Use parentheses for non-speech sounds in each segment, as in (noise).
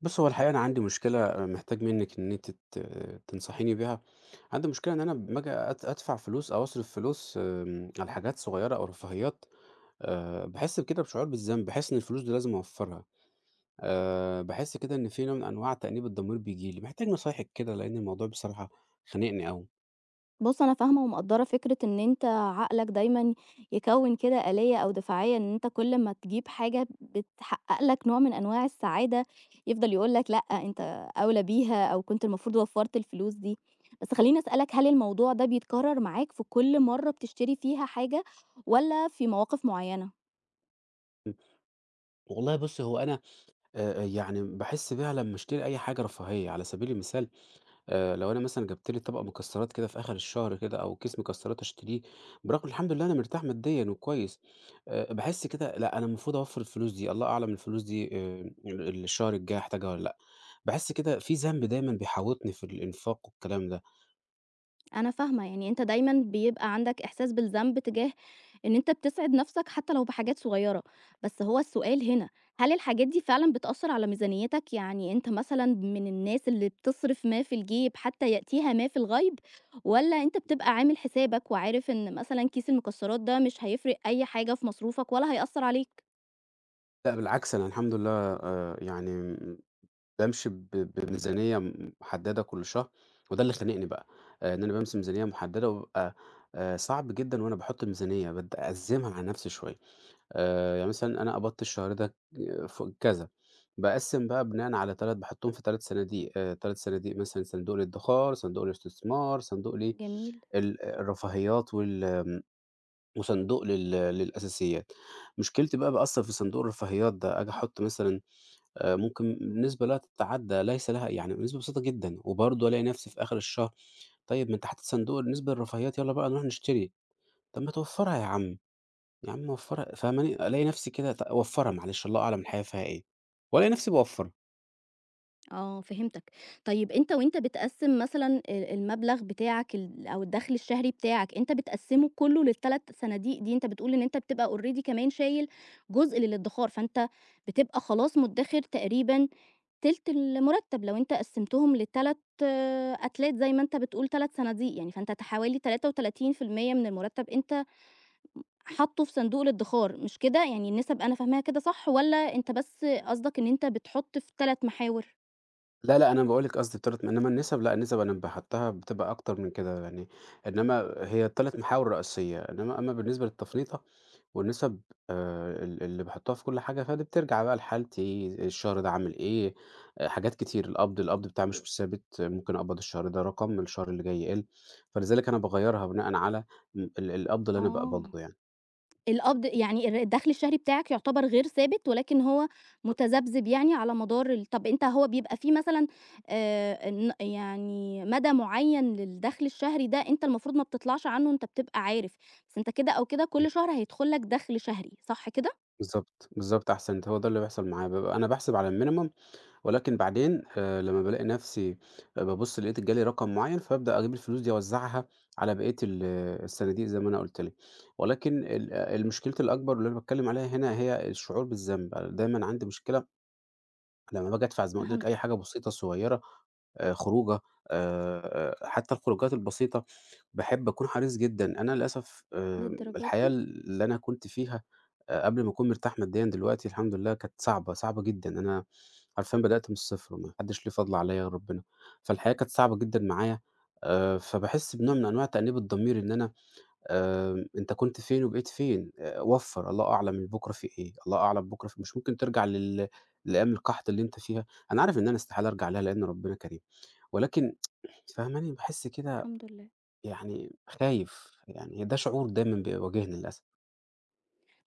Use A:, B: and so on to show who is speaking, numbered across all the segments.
A: بُص، هو الحقيقة أنا عندي مشكلة، محتاج منِّك إن أنتِ تنصحيني بيها. عندي مشكلة إن أنا أمّا آجي أدفع فلوس أو أصرف فلوس، على حاجات صغيرة أو رفاهيات. باحس بكده بشعور بالذنب، باحس إن الفلوس دي لازم أوفّرها. باحس كده إن في نوع من أنواع تأنيب الضمير بييجي لي. محتاج نصايحِك كده لإن الموضوع بصراحة خانقني أوي.
B: بُص، أنا فاهمة ومقدّرة فكرة إن أنت عقلك دايمًا يكوّن كده آلية أو دفاعية، إن أنت كل ما تجيب حاجة بتحقق لك نوع من أنواع السعادة، يفضل يقول لك لأ، أنت أولى بيها أو كنت المفروض وفّرت الفلوس دي. بس خلّيني أسألك، هل الموضوع ده بيتكرر معاك في كل مرة بتشتري فيها حاجة والّا في مواقف معيّنة؟
A: والله بُص، هو أنا يعني باحس بيها لمّا أشتري أي حاجة رفاهية. على سبيل المثال لو أنا مثلًا جبت لي طبق مكسرات كده في آخر الشهر كده أو كيس مكسرات أشتريه، برغم الحمد لله أنا مرتاح ماديًا وكويس. باحس كده لأ أنا المفروض أوفّر الفلوس دي، الله أعلم الفلوس دي ال الشهر الجاي هاحتاجها والّا لأ. باحس كده في ذنب دايمًا بيحوطني في الإنفاق والكلام ده.
B: أنا فاهمة، يعني أنت دايمًا بيبقى عندك إحساس بالذنب تجاه إن أنت بتسعِد نَفْسك حتى لو بحاجات صغيّرة، بس هو السؤال هنا، هل الحاجات دي فعلًا بتأثّر على ميزانيتك؟ يعني أنت مثلًا من الناس اللي بتصرف ما في الجيب حتى يأتيها ما في الغيب، والّا أنت بتبقى عامل حسابك وعارف إن مثلًا كيس المكسرات ده مش هيفرق أي حاجة في مصروفك ولا هيأثّر عليك؟
A: لأ بالعكس أنا الحمد لله يعني بامشي بميزانية محددة كل شهر، وده اللي خانقني بقى. إن أنا بامشي بميزانية محددة وبابقى صعب جدًا وأنا باحط الميزانية، أأزمها على نفسي شوية. يعني مثلًا أنا قبضت الشهر ده ف كذا، باقسّم بقى بناءً على 3 باحطّهم في 3 صناديق، 3 صناديق مثلًا صندوق الادخار، صندوق الاستثمار، صندوق لإيه،
B: جميل.
A: الرفاهيات وال آمم، وصندوق للأساسيات. مشكلتي بقى باقصّر في صندوق الرفاهيات ده، آجي أحط مثلًا ممكن نسبة لا تتعدى ليس لها يعني نسبة بسيطة جدًا، وبرضه ألاقي نفسي في آخر الشهر، طيب ما أنت حاطط صندوق نسبة الرفاهيات يالّا بقى نروح نشتري، طب ما توفّرها يا عم. يا عم موفّرها فاهماني؟ ألاقي نفسي كده أوفّرها معلش الله أعلم الحياة فيها إيه، وألاقي نفسي باوفّرها.
B: آه، فهمتك. طيب أنت وأنت بتقسّم مثلًا المبلغ بتاعك أو الدخل الشهري بتاعك، أنت بتقسّمه كلّه لل3 صناديق دي، أنت بتقول إن أنت بتبقى already كمان شايل جزء للادّخار، فأنت بتبقى خلاص مدّخر تقريبًا تِلت المرتب لو أنت قسّمتهم ل3 أتلات زي ما أنت بتقول 3 صناديق يعني، فأنت حوالي 33% من المرتب أنت حاطّه في صندوق الادّخار، مش كده؟ يعني النسب أنا فاهماها كده صح والّا أنت بس قصدك إن أنت بتحُط في 3 محاور؟
A: لا، لأ، أنا باقول لِك قصدي ال3 إنّما النِسَب لأ، النِسَب أنا باحطّها بتبقى أكتر من كده يعني. إنّما هي ال3 محاور رئيسية، إنّما أمّا بالنسبة للتفنيطة والنِسَب ال اللي باحطّها في كل حاجة، فدي بترجع بقى لحالتي، الشهر ده عامل إيه، حاجات كتير. القبض بتاعي مش ثابت، آه، ممكن أقبض الشهر ده رقم، الشهر اللي جاي يقِل، فلذلك أنا باغيّرها بناءً على م ال القبض اللي أنا
B: آه.
A: باقبضه يعني.
B: القبض يعني الدخل الشهري بتاعك يعتبر غير ثابت، ولكن هو متذبذب يعني على مدار طب أنت هو بيبقى في مثلًا ن يعني مدى معيّن للدخل الشهري ده أنت المفروض ما بتطلعش عنه، أنت بتبقى عارف، بس أنت كده أو كده كل شهر هيدخل لك دخل شهري، صح كده؟
A: بالضبط، بالضبط أحسنت، هو ده اللي بيحصل معايا، بابقى أنا باحسب على الminimum، ولكن بعدين لمّا بالاقي نفسي بابُص لقيت جالي رقم معيّن، فابدأ أجيب الفلوس دي أوزّعها على بقية ال آه، الصناديق زي ما أنا قُلت لك. ولكن المشكلتي الأكبر اللي أنا باتكلّم عليها هنا هي الشعور بالذنب، أنا دايمًا عندي مشكلة لمّا باجي أدفع زي ما قُلت لِك أي
B: فهمتك،
A: حاجة بسيطة، صغيّرة، خروجة، حتّى الخروجات البسيطة، باحب أكون حريص جدًا. أنا للأسف
B: للدرجة
A: الحياة
B: دي!
A: اللي أنا كنت فيها قبل ما أكون مرتاح ماديًا دلوقتي الحمد لله كانت صعبة، صعبة جدًا. أنا حرفيًا بدأت من الصفر وما حدّش ليه فضل عليّا غير ربنا، فالحياة كانت صعبة جدًا معايا فباحس بنوع من أنواع تأنيب الضمير إن أنا، أنت كنت فين وبقيت فين؟ وفّر، الله أعلم من بُكرة في إيه، الله أعلم بُكرة في إيه. مش ممكن ترجع لأيام القحط اللي أنت فيها، أنا عارف إن أنا استحالة أرجع لها لأن ربنا كريم، ولكن (clears throat) (tsk) فاهماني، باحس كده
B: الحمد لله.
A: يعني خايف، يعني ده شعور دايمًا بيواجهني للأسف.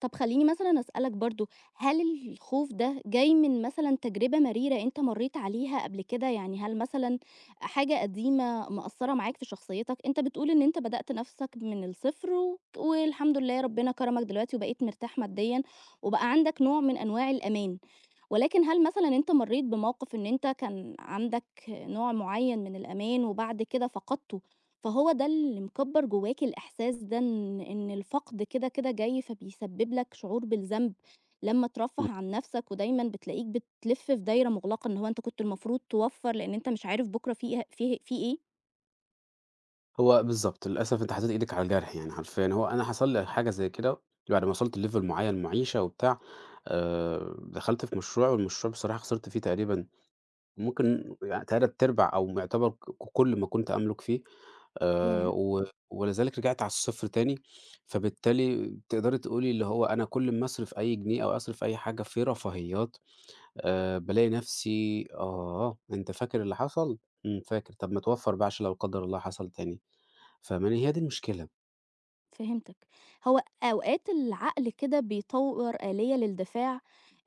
B: طب خلّيني مثلًا أسألك برضه، هل الخوف ده جاي من مثلًا تجربة مريرة أنت مرّيت عليها قبل كده؟ يعني هل مثلًا حاجة قديمة مأثّرة معاك في شخصيتك؟ أنت بتقول إن أنت بدأت نَفْسك من الصفر والحمد لله ربنا كرمك دلوقتي وبقيت مرتاح ماديًا، وبقى عندك نوع من أنواع الأمان، ولكن هل مثلًا أنت مرّيت بموقِف إن أنت كان عندك نوع معيّن من الأمان وبعد كده فقدته؟ فهو ده اللي مكبّر جواكِ الإحساس ده إن الفقد كده جاي، فبيسبب لك شعور بالذنب لمّا
A: إمم.
B: ترفّه عن نفسك، ودايمًا بتلاقيك بتلِف في دايرة مُغلقة، إن هو أنت كنت المفروض توفّر لإن أنت مش عارف بُكرة في إيه في إيه، في إيه.
A: هو بالضبط، للأسف أنتِ حطيتِ إيدِك على الجرح يعني حرفيًا، هو أنا حصل لي حاجة زي كده بعد ما وصلت لlevel معين معيشة وبتاع. دخلت في مشروع والمشروع بصراحة خسرت فيه تقريبًا ممكن يعني 3/4 أو يعتبر كل ما كنت أملك فيه.
B: ياه!
A: و ولذلك رجعت على الصفر تاني، فبالتالي تقدري تقولي اللي هو أنا كل أما أصرف أي جنيه أو أصرف أي حاجة في رفاهيات، بالاقي نفسي آه، أنت فاكر اللي حصل؟ إمم، فاكر، طب ما توفّر بقى عشان لو لا قدر الله حصل تاني، فاهماني؟ هي دي المشكلة.
B: فهمتك. هو أوقات العقل كده بيطوّر آلية للدفاع،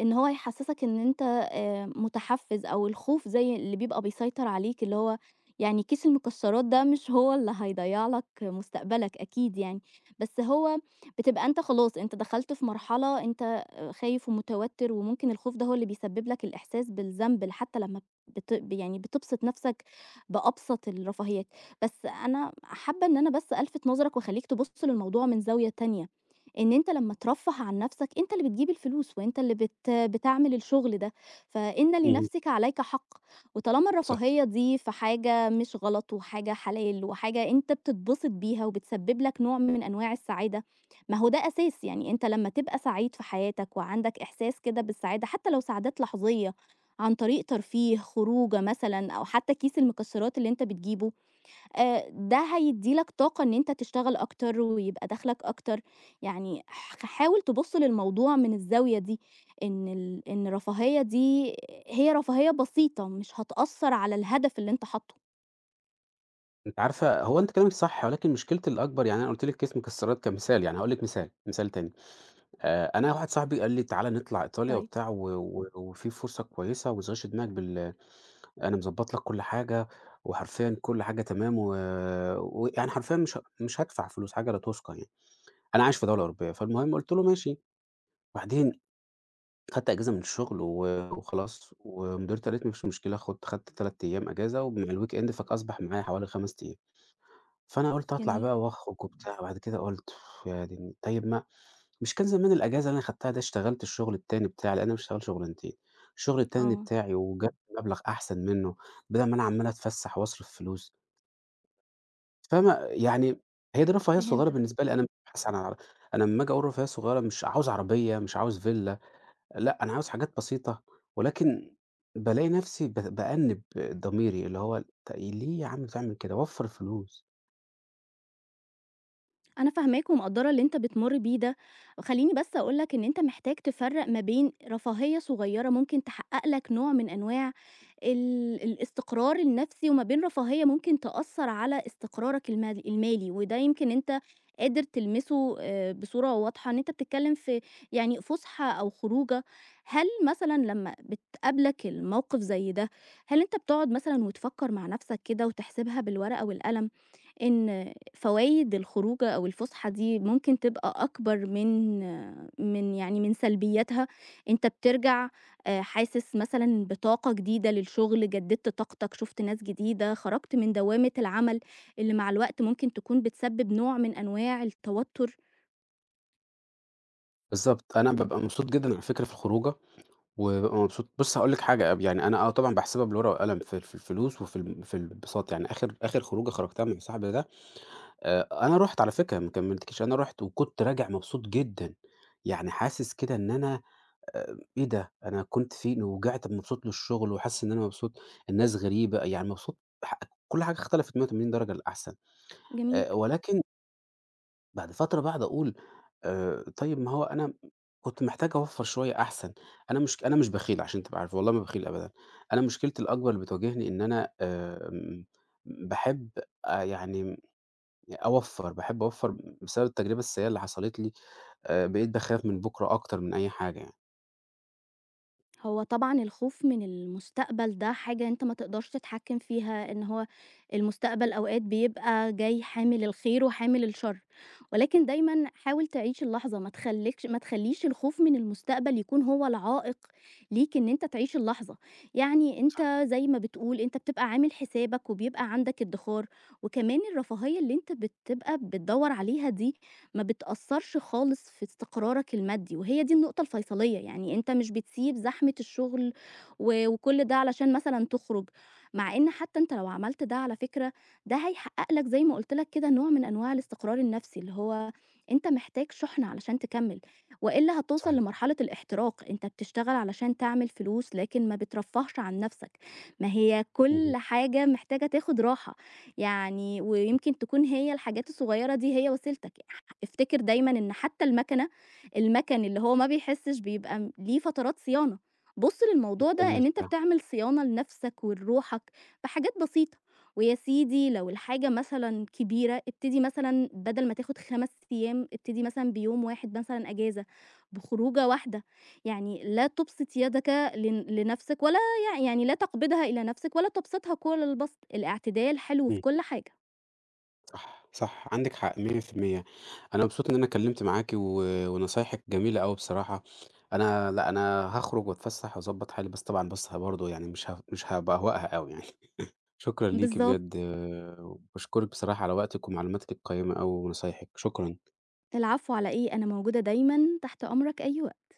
B: إن هو يحسّسك إن أنت مُتحفِّز أو الخوف زي اللي بيبقى بيسيطر عليك، اللي هو يعني كيس المكسّرات ده مش (laughs) هو اللي هيضيّع لك مستقبلك أكيد يعني، بس هو بتبقى أنت خلاص، أنت دخلت في مرحلة أنت آه، خايف ومتوتّر وممكن الخوف ده هو اللي بيسبب لك الإحساس بالذنب حتّى لمّا بت يعني بتبسط نَفْسك بأبسط الرفاهيات. بس أنا حابة إن أنا بس ألفت نظرك وأخلّيك تبُص للموضوع من زاوية تانية، إن أنت لمّا ترفّه عن نَفْسك أنت اللي بتجيب الفلوس وأنت اللي بتعمل الشغل ده، فإن
A: اهم.
B: لنَفْسِك عليك حق، وطالما الرفاهية دي في حاجة مش غلط وحاجة حلال وحاجة أنت بتتبسط بيها وبتسبب لك نوع من أنواع السعادة، ما هو ده أساس، يعني أنت لمّا تبقى سعيد في حياتك وعندك إحساس كده بالسعادة حتى لو سعادات لحظية عن طريق ترفيه، خروجة مثلًا أو حتى كيس المكسرات اللي أنت بتجيبه ده هيدّي لك طاقة إن أنت تشتغل أكتر ويبقى دخلك أكتر، يعني حاول تبُص للموضوع من الزاوية دي، إن الرفاهية دي هي رفاهية بسيطة مش هتأثّر على الهدف اللي أنت حاطّه.
A: أنتِ عارفة هو أنتِ كلامِك صح، ولكن مشكلتي الأكبر يعني أنا قُلت لِك كيس مكسرات كمثال، يعني هاقول لِك مثال، مثال تاني، أنا واحد صاحبي قال لي: "تعالَ نطلع إيطاليا
B: طيب،
A: وبتاع و و وفي فرصة كويسة وما تشغلش دماغك بال أنا مضبّط لك كل حاجة وحرفيًا كل حاجة تمام ويعني و ويعني حرفيًا مش هادفع فلوس حاجة لا تُذكر يعني." أنا عايش في دولة أوروبية، فالمهم قُلت له: "ماشي." وبعدين خدت أجازة من الشغل وخلاص ومديرتي قالت لي: "ما فيش مشكلة خُد" خدت 3 أيام أجازة ومع الweekend فك أصبح معايا حوالي 5 أيام. فأنا قُلت هاطلع
B: جميل.
A: بقى واخرج وبتاع، وبعد كده قُلت يعني طيب ما مش كان زمان الأجازة اللي أنا خدتها ده اشتغلت الشغل التاني بتاعي، لإن أنا باشتغل شغلانتين. الشغل التاني
B: آه،
A: بتاعي وجاب مبلغ أحسن منه، بدل ما أنا عمّال أتفسح وأصرف فلوس، فما يعني هي دي الرفاهية الصغيرة
B: فهمتك.
A: بالنسبة لي، أنا بابحث عن عر أنا أمّا آجي أقول رفاهية صغيرة مش عاوز عربية، مش عاوز فيلا، لأ أنا عاوز حاجات بسيطة، ولكن بالاقي نفسي بأنِّب ضميري، اللي هو ليه يا عم تعمل كده وفّر الفلوس.
B: أنا فاهماك ومقدّرة اللي أنت بتمُر بيه ده، خلّيني بس أقول لك إن أنت محتاج تفرّق ما بين رفاهية صغيّرة ممكن تحقق لك نوع من أنواع الاستقرار النفسي، وما بين رفاهية ممكن تأثّر على استقرارك المالي، وده يمكن أنت قادر تلمسه بصورة واضحة، إن أنت بتتكلّم في يعني فُسحة أو خروجة، هل مثلًا لمّا بتقابلك الموقف زي ده، هل أنت بتقعد مثلًا وتفكّر مع نفسك كده وتحسبها بالورقة والقلم؟ إن فوايد الخروجة أو الفُسحة دي ممكن تبقى أكبر من من سلبياتها، أنت بترجع حاسس مثلًا بطاقة جديدة للشغل، جددت طاقتك، شُفت ناس جديدة، خرجت من دوامة العمل اللي مع الوقت ممكن تكون بتسبب نوع من أنواع التوتر.
A: بالضبط، أنا بابقى مبسوط جدًا على فكرة في الخروجة، وبابقى مبسوط بُص هاقول لك حاجة يعني أنا طبعًا باحسبها بالورقة والقلم في الفلوس وفي ال في الانبساط، يعني آخر آخر خروجة خرجتها مع صاحبي ده أنا رُحت على فكرة ما كمّلتكيش، أنا رُحت وكنت راجع مبسوط جدًا، يعني حاسس كده إن أنا إيه ده أنا كنت فين ورجعت مبسوط للشغل وحاسس إن أنا مبسوط، الناس غريبة يعني مبسوط ح كل حاجة اختلفت 180 درجة للأحسن.
B: جميل.
A: ولكن بعد فترة باقعد أقول طيب ما هو أنا كنت محتاج أوفّر شوية أحسن، أنا مش بخيل عشان تبقى عارف، والله ما بخيل أبدًا، أنا مشكلتي الأكبر اللي بتواجهني إن أنا باحب يعني أوفّر، باحب أوفّر بسبب التجربة السيئة اللي حصلت لي، بقيت باخاف من بُكرة أكتر من أي حاجة يعني.
B: هو طبعًا الخوف من المستقبل ده حاجة أنت ما تقدرش تتحكم فيها، إن هو المستقبل أوقات بيبقى جاي حامل الخير وحامل الشر، ولكن دايمًا حاول تعيش اللحظة، ما تخلّيش الخوف من المستقبل يكون هو العائق ليك إن أنت تعيش اللحظة، يعني أنت زي ما بتقول أنت بتبقى عامل حسابك وبيبقى عندك ادخار، وكمان الرفاهية اللي أنت بتبقى بتدوّر عليها دي ما بتأثّرش خالص في استقرارك المادي، وهي دي النقطة الفيصلية، يعني أنت مش بتسيب زحمة الشغل وكل ده علشان مثلًا تخرج، مع إن حتى أنت لو عملت ده على فكرة، ده هيحقق لك زي ما قُلت لك كده نوع من أنواع الاستقرار النفسي، اللي هو أنت محتاج شُحنة علشان تكمّل، وإلا هتوصل
A: صحيح.
B: لمرحلة الاحتراق، أنت بتشتغل علشان تعمل فلوس، لكن ما بترفّهش عن نفسك، ما هي كل
A: اهم.
B: حاجة محتاجة تاخد راحة، يعني ويمكن تكون هي الحاجات الصغيرة دي هي وسيلتك. افتكر دايمًا إن حتى المَكَن اللي هو ما بيحسّش بيبقى ليه فترات صيانة. بُص للموضوع ده
A: محتاج
B: إن أنت بتعمل صيانة لنَفْسك ولروحك بحاجات بسيطة. ويا سيدي لو الحاجة مثلًا كبيرة، ابتدي مثلًا بدل ما تاخُد 5 أيام، ابتدي مثلًا بيوم واحد مثلًا أجازة، بخروجة واحدة. يعني لا تبسط يدك لن لنَفْسك ولا لأ، يعني لا تقبضها إلى نفسِك ولا تبسطها كل البسط، الاعتدال حلو في
A: إمم.
B: كل حاجة.
A: صح، صح، عندِك حق 100%. أنا مبسوط إن أنا اتكلمت معاكِ ونصايحِك جميلة أوي بصراحة. أنا لأ، أنا هاخرج واتفسح واضبّط حالي، بس طبعًا بس برضه يعني مش هابهوأها أوي يعني. (laughs) شكرًا ليكِ بجد،
B: بالضبط.
A: وباشكرِك بصراحة على وقتِك ومعلوماتِك القيّمة أوي ونصايحِك، شكرًا.
B: العفو على إيه، أنا موجودة دايمًا تحت أمرك أي وقت.